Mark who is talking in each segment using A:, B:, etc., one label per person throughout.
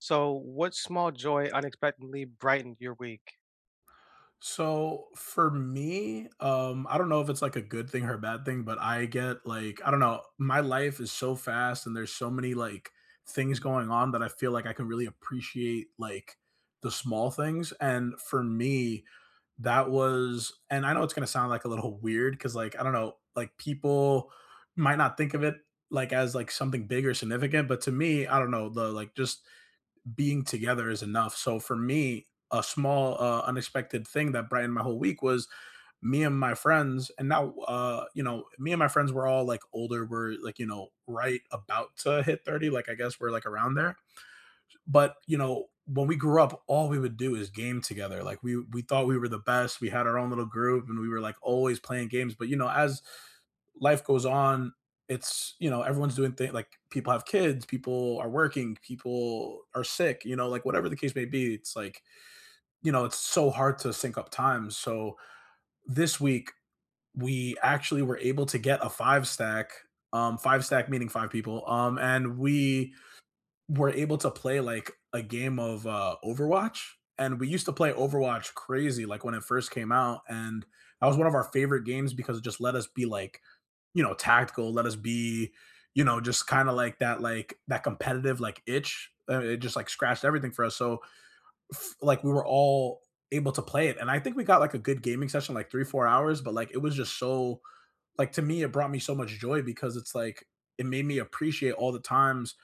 A: So, what small joy unexpectedly brightened your week?
B: So for me, I don't know if it's like a good thing or a bad thing, but I get like, I don't know, my life is so fast and there's so many like things going on that I feel like I can really appreciate like the small things. And for me, that was, and I know it's going to sound like a little weird because like, I don't know, like people might not think of it like as like something big or significant, but to me, I don't know, the like just being together is enough. So for me, a small unexpected thing that brightened my whole week was me and my friends. And now you know, me and my friends were all like older, we're like, you know, right about to hit 30, like I guess we're like around there. But, you know, when we grew up, all we would do is game together. Like we thought we were the best. We had our own little group and we were like always playing games. But you know, as life goes on, it's, you know, everyone's doing things, like people have kids, people are working, people are sick, you know, like whatever the case may be, it's like, you know, it's so hard to sync up times. So this week we actually were able to get a five stack meaning five people. And we were able to play like a game of Overwatch. And we used to play Overwatch crazy, like when it first came out. And that was one of our favorite games because it just let us be like, you know, tactical, let us be, you know, just kind of like that competitive, like itch. It just like scratched everything for us. So, like, we were all able to play it. And I think we got like a good gaming session, like three, 4 hours. But like, it was just so, like, to me, it brought me so much joy because it's like, it made me appreciate all the times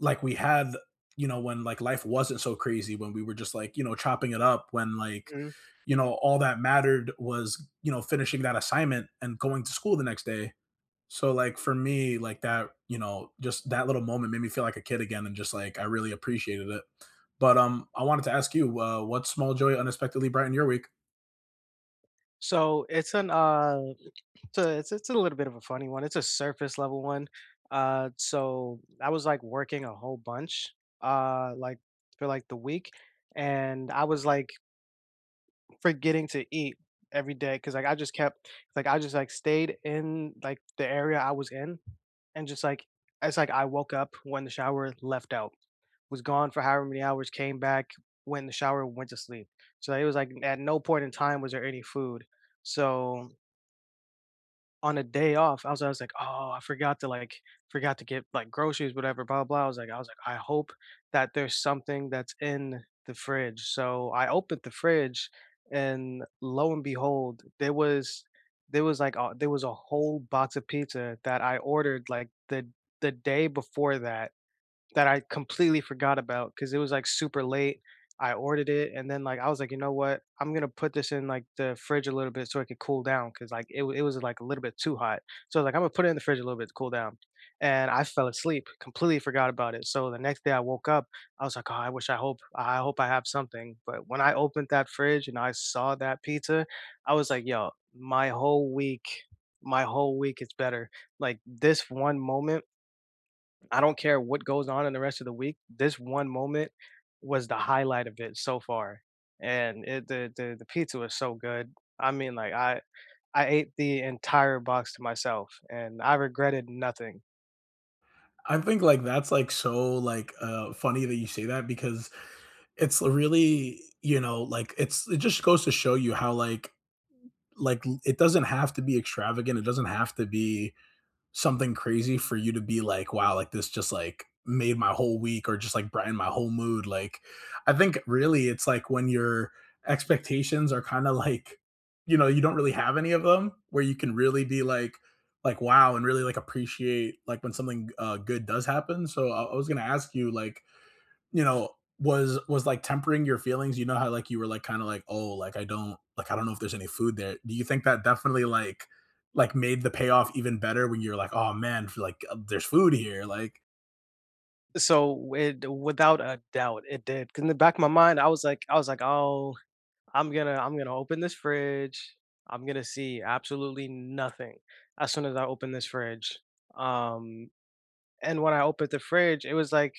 B: like we had, you know, when like life wasn't so crazy, when we were just like, you know, chopping it up, when like,
A: Mhm.
B: you know, all that mattered was, you know, finishing that assignment and going to school the next day. So like for me, like that, you know, just that little moment made me feel like a kid again, and just like I really appreciated it. But I wanted to ask you, what small joy unexpectedly brightened your week?
A: So it's a little bit of a funny one. It's a surface level one. So I was like working a whole bunch, like for like the week, and I was like forgetting to eat every day because like I just kept like I just like stayed in like the area I was in, and just like it's like I woke up when the shower left out. Was gone for however many hours, came back, went in the shower, went to sleep. So it was like at no point in time was there any food. So on a day off, I was like, oh, I forgot to like forgot to get like groceries, whatever, blah blah. I was like, I hope that there's something that's in the fridge. So I opened the fridge, and lo and behold, there was like a, there was a whole box of pizza that I ordered like the day before that I completely forgot about because it was, like, super late. I ordered it, and then, like, I was like, "You know what? I'm gonna put this in, like, the fridge a little bit so it could cool down because like, it was, like, a little bit too hot. So, like, I'm gonna put it in the fridge a little bit to cool down," and I fell asleep, completely forgot about it. So the next day I woke up, I was like, "Oh, I hope I have something," but when I opened that fridge and I saw that pizza, I was like, "Yo, my whole week is better." Like, this one moment, I don't care what goes on in the rest of the week. This one moment was the highlight of it so far, and it the pizza was so good. I mean, I ate the entire box to myself, and I regretted nothing.
B: I think like that's like so like funny that you say that because it's really, you know, like it's, it just goes to show you how like it doesn't have to be extravagant. It doesn't have to be something crazy for you to be like, wow, like this just like made my whole week or just like brightened my whole mood. Like I think really it's like when your expectations are kind of like, you know, you don't really have any of them where you can really be like wow and really like appreciate like when something good does happen. So I was gonna ask you like, you know, was like tempering your feelings? You know how like you were like kind of like, "Oh, like I don't know if there's any food there." Do you think that definitely like made the payoff even better when you're like, "Oh man, like there's food here"? Like,
A: So it without a doubt it did. 'Cause in the back of my mind, I was like, oh, I'm gonna open this fridge. I'm gonna see absolutely nothing as soon as I open this fridge. Um, and when I opened the fridge,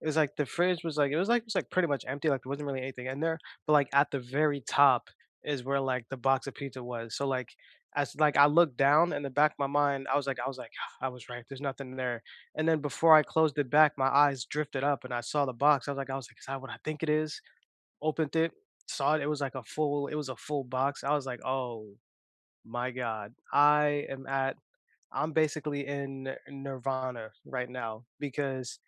A: it was like the fridge was like it was like it was like pretty much empty, like there wasn't really anything in there. But like at the very top is where like the box of pizza was. So like as like I looked down in the back of my mind, I was like, I was right. There's nothing there. And then before I closed it back, my eyes drifted up and I saw the box. I was like, is that what I think it is? Opened it, saw it. It was like a full. It was a full box. I was like, oh my god, I am at I'm basically in nirvana right now because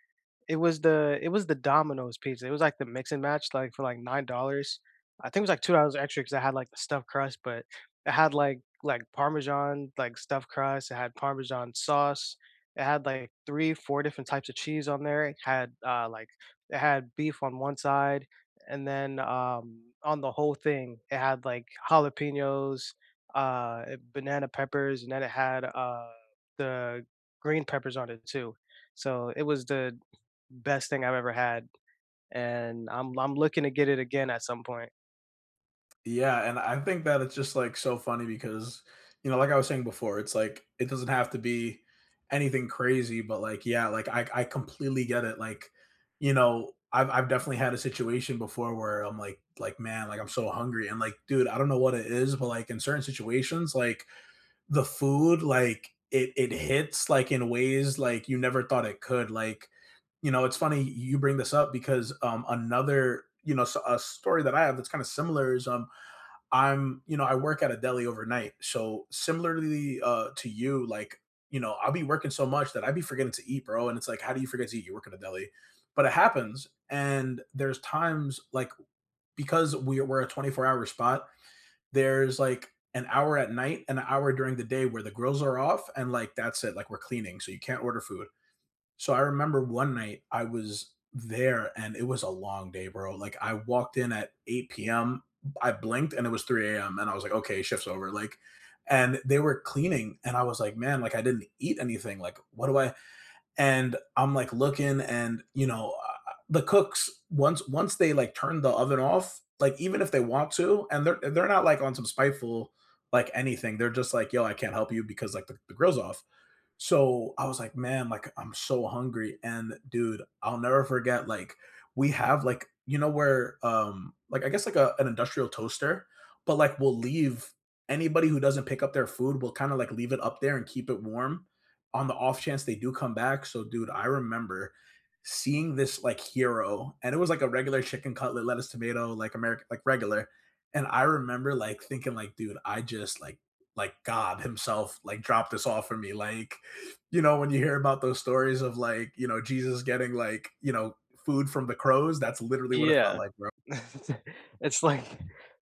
A: it was the Domino's pizza. It was like the mix and match, like for like $9. I think it was like $2 extra because I had like the stuffed crust, but it had like Parmesan, like stuffed crust, it had Parmesan sauce, it had like 3, 4 different types of cheese on there. It had, like it had beef on one side, and then, on the whole thing, it had like jalapenos, banana peppers, and then it had, the green peppers on it too. So it was the best thing I've ever had, and I'm looking to get it again at some point.
B: yeah, and I think that it's just, like, so funny because, you know, like I was saying before, it's like, it doesn't have to be anything crazy, but, like, yeah, like, I completely get it, like, you know, I've definitely had a situation before where I'm like, "Man, like, I'm so hungry," and, like, dude, I don't know what it is, but, like, in certain situations, like, the food, like, it hits, like, in ways, like, you never thought it could, like, you know, it's funny you bring this up because, another you know, so a story that I have that's kinda similar is, I'm, you know, I work at a deli overnight. So similarly to you, like, you know, I'll be working so much that I'd be forgetting to eat, bro. And it's like, how do you forget to eat? You work at a deli, but it happens. And there's times like because we're a 24-hour spot. There's like an hour at night and an hour during the day where the grills are off, and like that's it. Like we're cleaning, so you can't order food. So I remember one night I was there and it was a long day, bro. Like I walked in at 8 PM, I blinked and it was 3 AM and I was like, "Okay, shift's over." Like and they were cleaning and I was like, "Man, like I didn't eat anything. Like what do I?" And I'm like looking and, you know, the cooks once they like turn the oven off, like even if they want to and they're not like on some spiteful like anything. They're just like, "Yo, I can't help you because like the grill's off." So I was like, man, like I'm so hungry. And dude, I'll never forget, like, we have like, you know, where like I guess like a, an industrial toaster, but like we'll leave anybody who doesn't pick up their food, we'll kind of like leave it up there and keep it warm on the off chance they do come back. So dude, I remember seeing this like hero and it was like a regular chicken cutlet, lettuce, tomato, like American like regular. And I remember like thinking like, dude, I just like God himself like dropped this off for me. Like, you know, when you hear about those stories of like, you know, Jesus getting like, you know, food from the crows, that's literally what it felt
A: Yeah.
B: like, bro.
A: It's like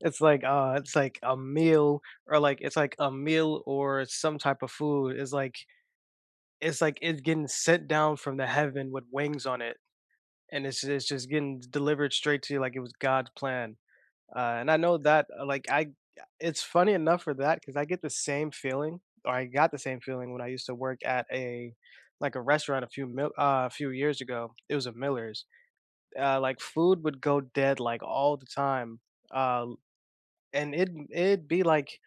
A: it's like a meal or, like it's like a meal or some type of food. It's like it's getting sent down from the heaven with wings on it, and it's just getting delivered straight to you like it was God's plan. And I know that, like, I it's funny enough for that because I get the same feeling, or I got the same feeling when I used to work at a like a restaurant a few years ago. It was a Miller's. Like food would go dead like all the time, uh, and it'd be like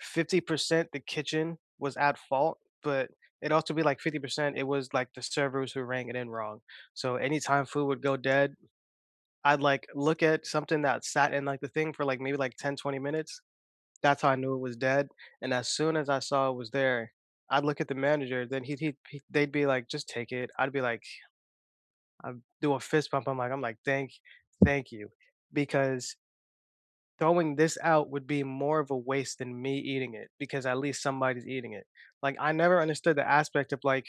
A: 50% the kitchen was at fault, but it'd also be like 50% it was like the servers who rang it in wrong. So anytime food would go dead, I'd like look at something that sat in like the thing for like maybe like 10, 20 minutes. That's how I knew it was dead. And as soon as I saw it was there, I'd look at the manager. Then they'd be like, "Just take it." I'd be like, I do a fist pump. I'm like, thank you, because throwing this out would be more of a waste than me eating it because at least somebody's eating it. Like I never understood the aspect of like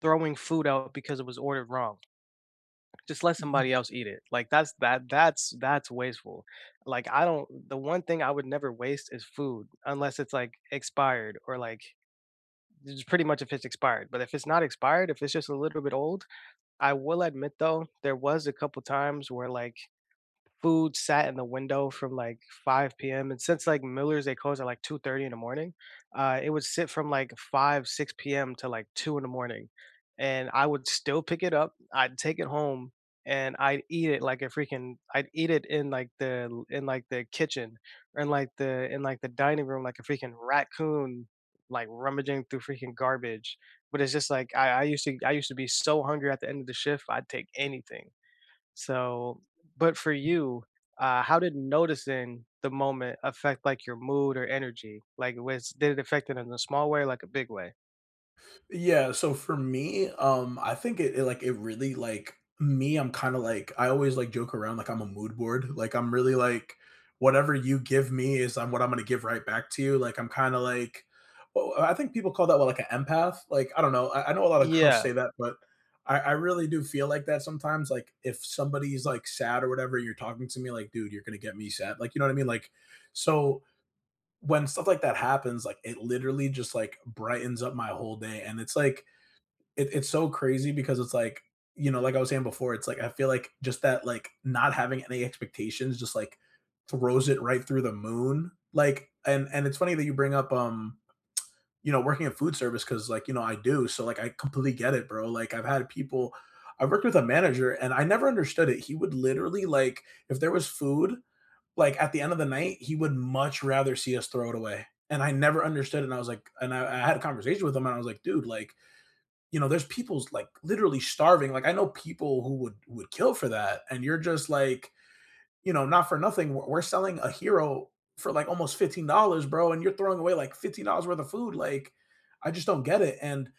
A: throwing food out because it was ordered wrong. Just let somebody else eat it. Like that's wasteful. Like I don't the one thing I would never waste is food unless it's like expired or like it's pretty much if it's expired. But if it's not expired, if it's just a little bit old, I will admit though, there was a couple times where like food sat in the window from like 5 PM, and since like Miller's, they close at like 2:30 in the morning, it would sit from like 5, 6 PM to like 2 in the morning, and I would still pick it up, I'd take it home, and I'd eat it like a freaking I'd eat it in like the l in like the kitchen or in like the dining room like a freaking raccoon, like rummaging through freaking garbage, but it's just like I used to be so hungry at the end of the shift, I'd take anything. So, but for you, how did noticing the moment affect like your mood or energy? Like, was did it affect it in a small way, or like a big way?
B: Yeah, so for me, I think it, it like it really like me, I'm kind of like I always like joke around like I'm a mood board. Like I'm really like whatever you give me is I'm what I'm gonna give right back to you. Like I'm kind of like well, I think people call that what, like an empath. Like I don't know. I know a lot of girls
A: Yeah.
B: say that, but I really do feel like that sometimes. Like if somebody's like sad or whatever, you're talking to me like, dude, you're gonna get me sad. Like you know what I mean? Like so when stuff like that happens, like it literally just like brightens up my whole day. And it's like it, it's so crazy because it's like, you know, like I was saying before, it's like I feel like just that, like not having any expectations just like throws it right through the moon. Like and it's funny that you bring up you know, working in food service because like, you know, I do. So like I completely get it, bro. Like I've had people I worked with a manager and I never understood it. He would literally like if there was food like at the end of the night he would much rather see us throw it away, and I never understood it. And I was like, and I had a conversation with him and I was like, dude, like, you know, there's people's like literally starving. Like I know people who would kill for that, and you're just like, you know, not for nothing. We're selling a hero for like almost $15, bro, and you're throwing away like $15 worth of food. Like, I just don't get it. And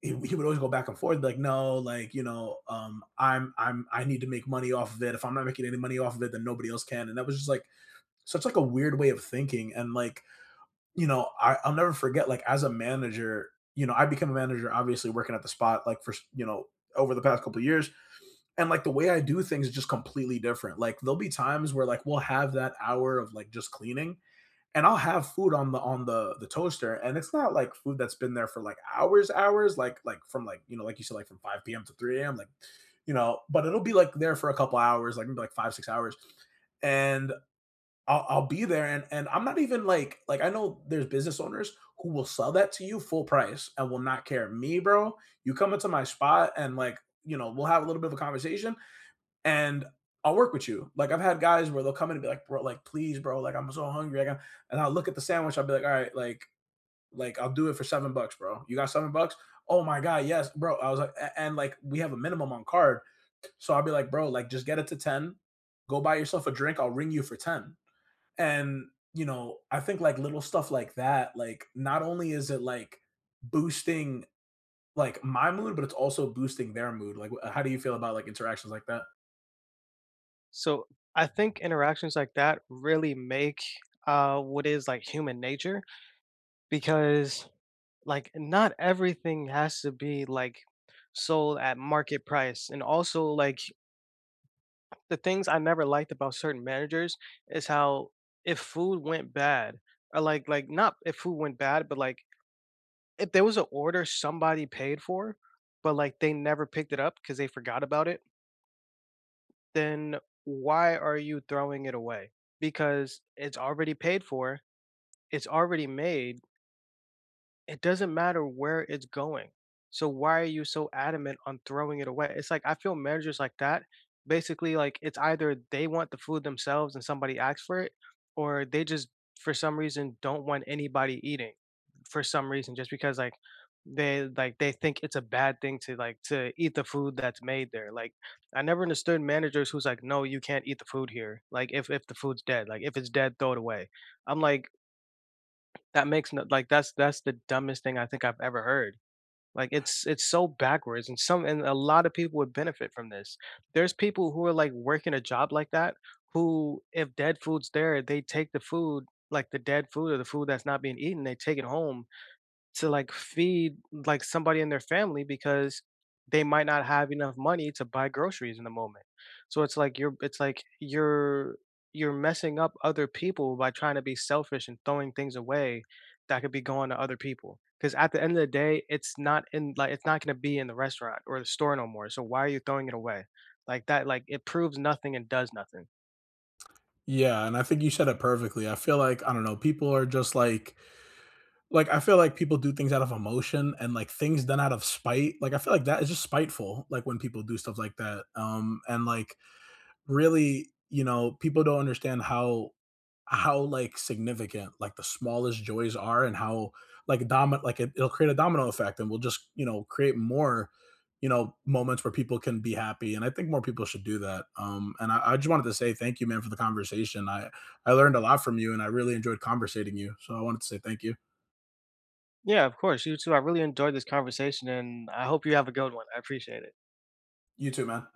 B: he would always go back and forth, like, no, like you know, I'm I need to make money off of it. If I'm not making any money off of it, then nobody else can. And that was just like such like a weird way of thinking. And like, you know, I'll never forget, like, as a manager, you know, I became a manager, obviously working at the spot, like, for, you know, over the past couple of years. And like the way I do things is just completely different. Like there'll be times where like we'll have that hour of like just cleaning and I'll have food on the on the toaster and it's not like food that's been there for like hours like from like you know like you said like from 5 p.m. to 3 a.m. like you know, but it'll be like there for a couple hours like maybe like 5, 6 hours. And I'll be there and I'm not even like, I know there's business owners who will sell that to you full price and will not care. Me, bro, you come into my spot and, like, you know, we'll have a little bit of a conversation, and I'll work with you. Like, I've had guys where they'll come in and be like, "Bro, like, please, bro, like, I'm so hungry." I got and I'll look at the sandwich, I'll be like, "All right, like, I'll do it for 7 bucks, bro. You got 7 bucks?" "Oh my god, yes, bro." I was like and, like, we have a minimum on card, so I'll be like, "Bro, like, just get it to 10, go buy yourself a drink, I'll ring you for 10." And, you know, I think, like, little stuff like that, like, not only is it, like, boosting, like, my mood, but it's also boosting their mood. Like, wh how do you feel about, like, interactions like that?
A: So I think interactions like that really make what is like human nature because like not everything has to be like sold at market price. And also like the things I never liked about certain managers is how if food went bad or like not if food went bad, but like if there was an order somebody paid for, but, like, they never picked it up because they forgot about it, then why are you throwing it away? Because it's already paid for, it's already made, it doesn't matter where it's going. So why are you so adamant on throwing it away? It's like I feel managers like that, basically like it's either they want the food themselves and somebody asks for it, or they just for some reason don't want anybody eating for some reason just because like they think it's a bad thing to like to eat the food that's made there. Like I never understood managers who's like, no, you can't eat the food here. Like if the food's dead, like if it's dead, throw it away. I'm like, that makes no like, that's the dumbest thing I think I've ever heard. Like, it's so backwards, and some and a lot of people would benefit from this. There's people who are, like, working a job like that, who, if dead food's there, they take the food, like, the dead food or the food that's not being eaten, they take it home to like feed like somebody in their family because they might not have enough money to buy groceries in the moment. So it's like you're messing up other people by trying to be selfish and throwing things away that could be going to other people. Because at the end of the day, it's not going to be in the restaurant or the store no more. So why are you throwing it away? Like that, like it proves nothing and does nothing.
B: Yeah, and I think you said it perfectly. I feel like, I don't know, people are just like, I feel like people do things out of emotion and, like, things done out of spite. Like, I feel like that is just spiteful, like, when people do stuff like that. And, like, really, you know, people don't understand how, like, significant, like, the smallest joys are and how, like, domi like, it it'll create a domino effect and we'll just, you know, create more, you know, moments where people can be happy, and I think more people should do that, and I just wanted to say thank you, man, for the conversation. I learned a lot from you, and I really enjoyed conversating you, so I wanted to say thank you.
A: Yeah, of course. You too. I really enjoyed this conversation and I hope you have a good one. I appreciate it.
B: You too, man.